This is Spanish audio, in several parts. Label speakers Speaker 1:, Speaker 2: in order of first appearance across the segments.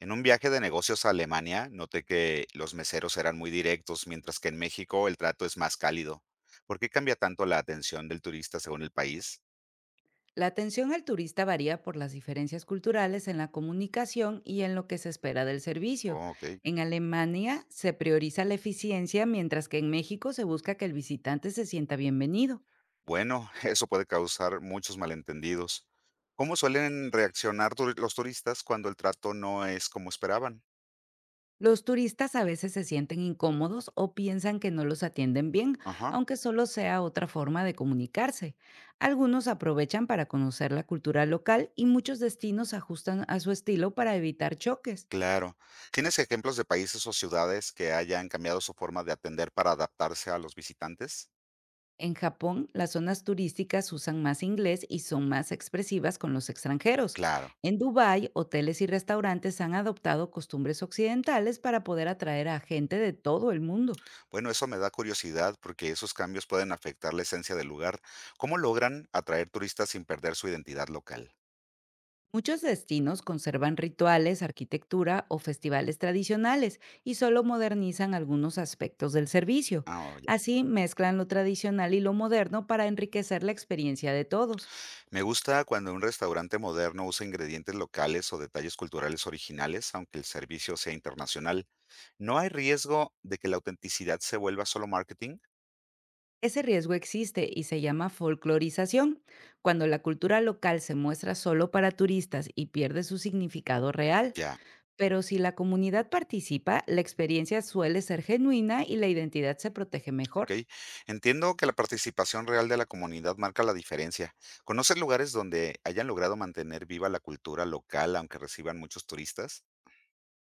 Speaker 1: En un viaje de negocios a Alemania, noté que los meseros eran muy directos, mientras que en México el trato es más cálido. ¿Por qué cambia tanto la atención del turista según el país?
Speaker 2: La atención al turista varía por las diferencias culturales en la comunicación y en lo que se espera del servicio.
Speaker 1: Oh, ok.
Speaker 2: En Alemania se prioriza la eficiencia, mientras que en México se busca que el visitante se sienta bienvenido.
Speaker 1: Bueno, eso puede causar muchos malentendidos. ¿Cómo suelen reaccionar los turistas cuando el trato no es como esperaban?
Speaker 2: Los turistas a veces se sienten incómodos o piensan que no los atienden bien,
Speaker 1: Ajá,
Speaker 2: aunque solo sea otra forma de comunicarse. Algunos aprovechan para conocer la cultura local y muchos destinos ajustan a su estilo para evitar choques.
Speaker 1: claro. ¿Tienes ejemplos de países o ciudades que hayan cambiado su forma de atender para adaptarse a los visitantes?
Speaker 2: En Japón, las zonas turísticas usan más inglés y son más expresivas con los extranjeros.
Speaker 1: Claro.
Speaker 2: En Dubái, hoteles y restaurantes han adoptado costumbres occidentales para poder atraer a gente de todo el mundo.
Speaker 1: Bueno, eso me da curiosidad porque esos cambios pueden afectar la esencia del lugar. ¿Cómo logran atraer turistas sin perder su identidad local?
Speaker 2: Muchos destinos conservan rituales, arquitectura o festivales tradicionales y solo modernizan algunos aspectos del servicio.
Speaker 1: Ah, oh, ya.
Speaker 2: Así mezclan lo tradicional y lo moderno para enriquecer la experiencia de todos.
Speaker 1: Me gusta cuando un restaurante moderno usa ingredientes locales o detalles culturales originales, aunque el servicio sea internacional. ¿No hay riesgo de que la autenticidad se vuelva solo marketing?
Speaker 2: Ese riesgo existe y se llama folclorización, cuando la cultura local se muestra solo para turistas y pierde su significado real,
Speaker 1: Ya,
Speaker 2: pero si la comunidad participa, la experiencia suele ser genuina y la identidad se protege
Speaker 1: ok.
Speaker 2: mejor.
Speaker 1: Entiendo que la participación real de la comunidad marca la diferencia. ¿Conoces lugares donde hayan logrado mantener viva la cultura local aunque reciban muchos turistas?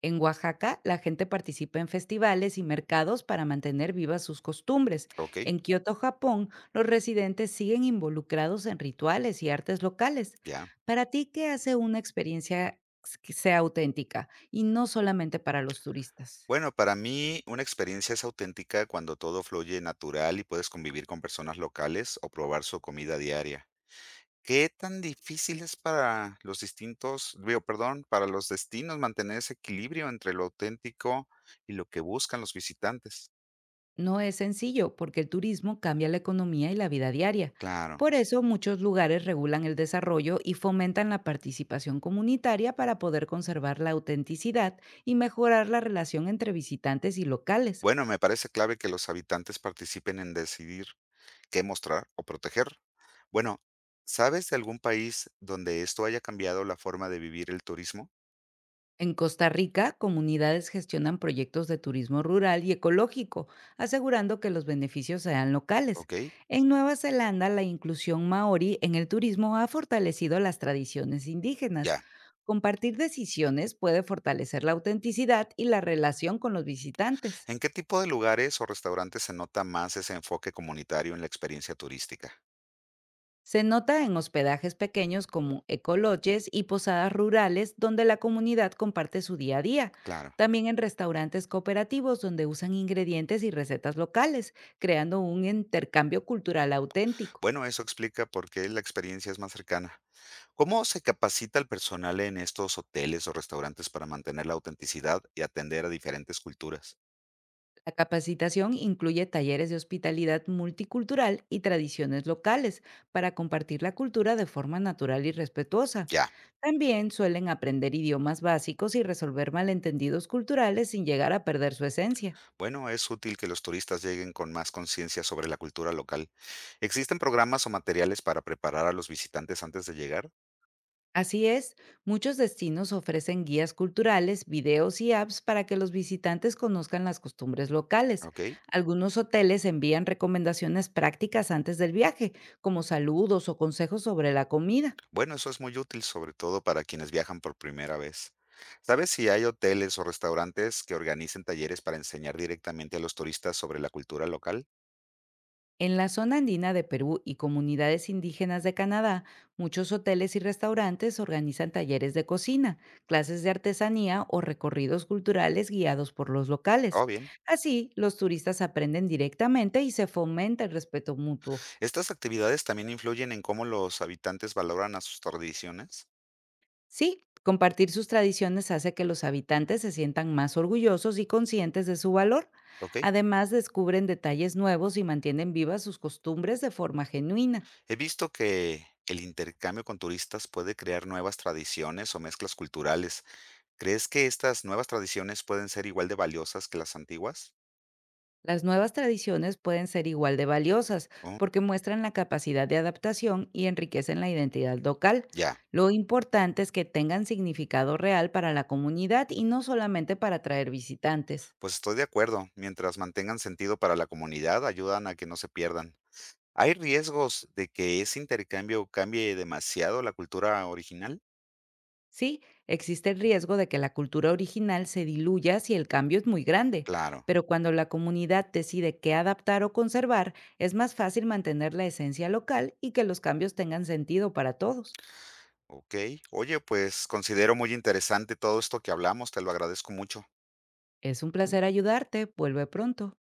Speaker 2: En Oaxaca, la gente participa en festivales y mercados para mantener vivas sus costumbres.
Speaker 1: Ok,
Speaker 2: En Kioto, Japón, los residentes siguen involucrados en rituales y artes locales.
Speaker 1: ya.
Speaker 2: Para ti, ¿qué hace una experiencia que sea auténtica y no solamente para los turistas?
Speaker 1: Bueno, para mí una experiencia es auténtica cuando todo fluye natural y puedes convivir con personas locales o probar su comida diaria. ¿Qué tan difícil es para los para los destinos mantener ese equilibrio entre lo auténtico y lo que buscan los visitantes?
Speaker 2: No es sencillo porque el turismo cambia la economía y la vida diaria.
Speaker 1: Claro.
Speaker 2: Por eso muchos lugares regulan el desarrollo y fomentan la participación comunitaria para poder conservar la autenticidad y mejorar la relación entre visitantes y locales.
Speaker 1: Bueno, me parece clave que los habitantes participen en decidir qué mostrar o proteger. Bueno, ¿sabes de algún país donde esto haya cambiado la forma de vivir el turismo?
Speaker 2: En Costa Rica, comunidades gestionan proyectos de turismo rural y ecológico, asegurando que los beneficios sean locales.
Speaker 1: ¿Ok?
Speaker 2: En Nueva Zelanda, la inclusión maori en el turismo ha fortalecido las tradiciones indígenas.
Speaker 1: Ya.
Speaker 2: Compartir decisiones puede fortalecer la autenticidad y la relación con los visitantes.
Speaker 1: ¿En qué tipo de lugares o restaurantes se nota más ese enfoque comunitario en la experiencia turística?
Speaker 2: Se nota en hospedajes pequeños como ecoloches y posadas rurales donde la comunidad comparte su día a día.
Speaker 1: Claro.
Speaker 2: También en restaurantes cooperativos donde usan ingredientes y recetas locales, creando un intercambio cultural auténtico.
Speaker 1: Bueno, eso explica por qué la experiencia es más cercana. ¿Cómo se capacita al personal en estos hoteles o restaurantes para mantener la autenticidad y atender a diferentes culturas?
Speaker 2: La capacitación incluye talleres de hospitalidad multicultural y tradiciones locales para compartir la cultura de forma natural y respetuosa.
Speaker 1: Ya.
Speaker 2: También suelen aprender idiomas básicos y resolver malentendidos culturales sin llegar a perder su esencia.
Speaker 1: Bueno, es útil que los turistas lleguen con más conciencia sobre la cultura local. ¿Existen programas o materiales para preparar a los visitantes antes de llegar?
Speaker 2: Así es, muchos destinos ofrecen guías culturales, videos y apps para que los visitantes conozcan las costumbres locales.
Speaker 1: Ok.
Speaker 2: Algunos hoteles envían recomendaciones prácticas antes del viaje, como saludos o consejos sobre la comida.
Speaker 1: Bueno, eso es muy útil, sobre todo para quienes viajan por primera vez. ¿Sabes si hay hoteles o restaurantes que organicen talleres para enseñar directamente a los turistas sobre la cultura local?
Speaker 2: En la zona andina de Perú y comunidades indígenas de Canadá, muchos hoteles y restaurantes organizan talleres de cocina, clases de artesanía o recorridos culturales guiados por los locales.
Speaker 1: Oh, bien.
Speaker 2: Así, los turistas aprenden directamente y se fomenta el respeto mutuo.
Speaker 1: Estas actividades también influyen en cómo los habitantes valoran a sus tradiciones.
Speaker 2: Sí, compartir sus tradiciones hace que los habitantes se sientan más orgullosos y conscientes de su valor.
Speaker 1: Ok.
Speaker 2: Además, descubren detalles nuevos y mantienen vivas sus costumbres de forma genuina.
Speaker 1: He visto que el intercambio con turistas puede crear nuevas tradiciones o mezclas culturales. ¿Crees que estas nuevas tradiciones pueden ser igual de valiosas que las antiguas?
Speaker 2: Las nuevas tradiciones pueden ser igual de valiosas
Speaker 1: Oh,
Speaker 2: porque muestran la capacidad de adaptación y enriquecen la identidad local.
Speaker 1: ya.
Speaker 2: Lo importante es que tengan significado real para la comunidad y no solamente para atraer visitantes.
Speaker 1: Pues estoy de acuerdo, mientras mantengan sentido para la comunidad, ayudan a que no se pierdan. ¿Hay riesgos de que ese intercambio cambie demasiado la cultura original?
Speaker 2: Sí, existe el riesgo de que la cultura original se diluya si el cambio es muy grande,
Speaker 1: Claro,
Speaker 2: pero cuando la comunidad decide qué adaptar o conservar, es más fácil mantener la esencia local y que los cambios tengan sentido para todos.
Speaker 1: ok. Oye, pues considero muy interesante todo esto que hablamos, te lo agradezco mucho.
Speaker 2: Es un placer ayudarte, vuelve pronto.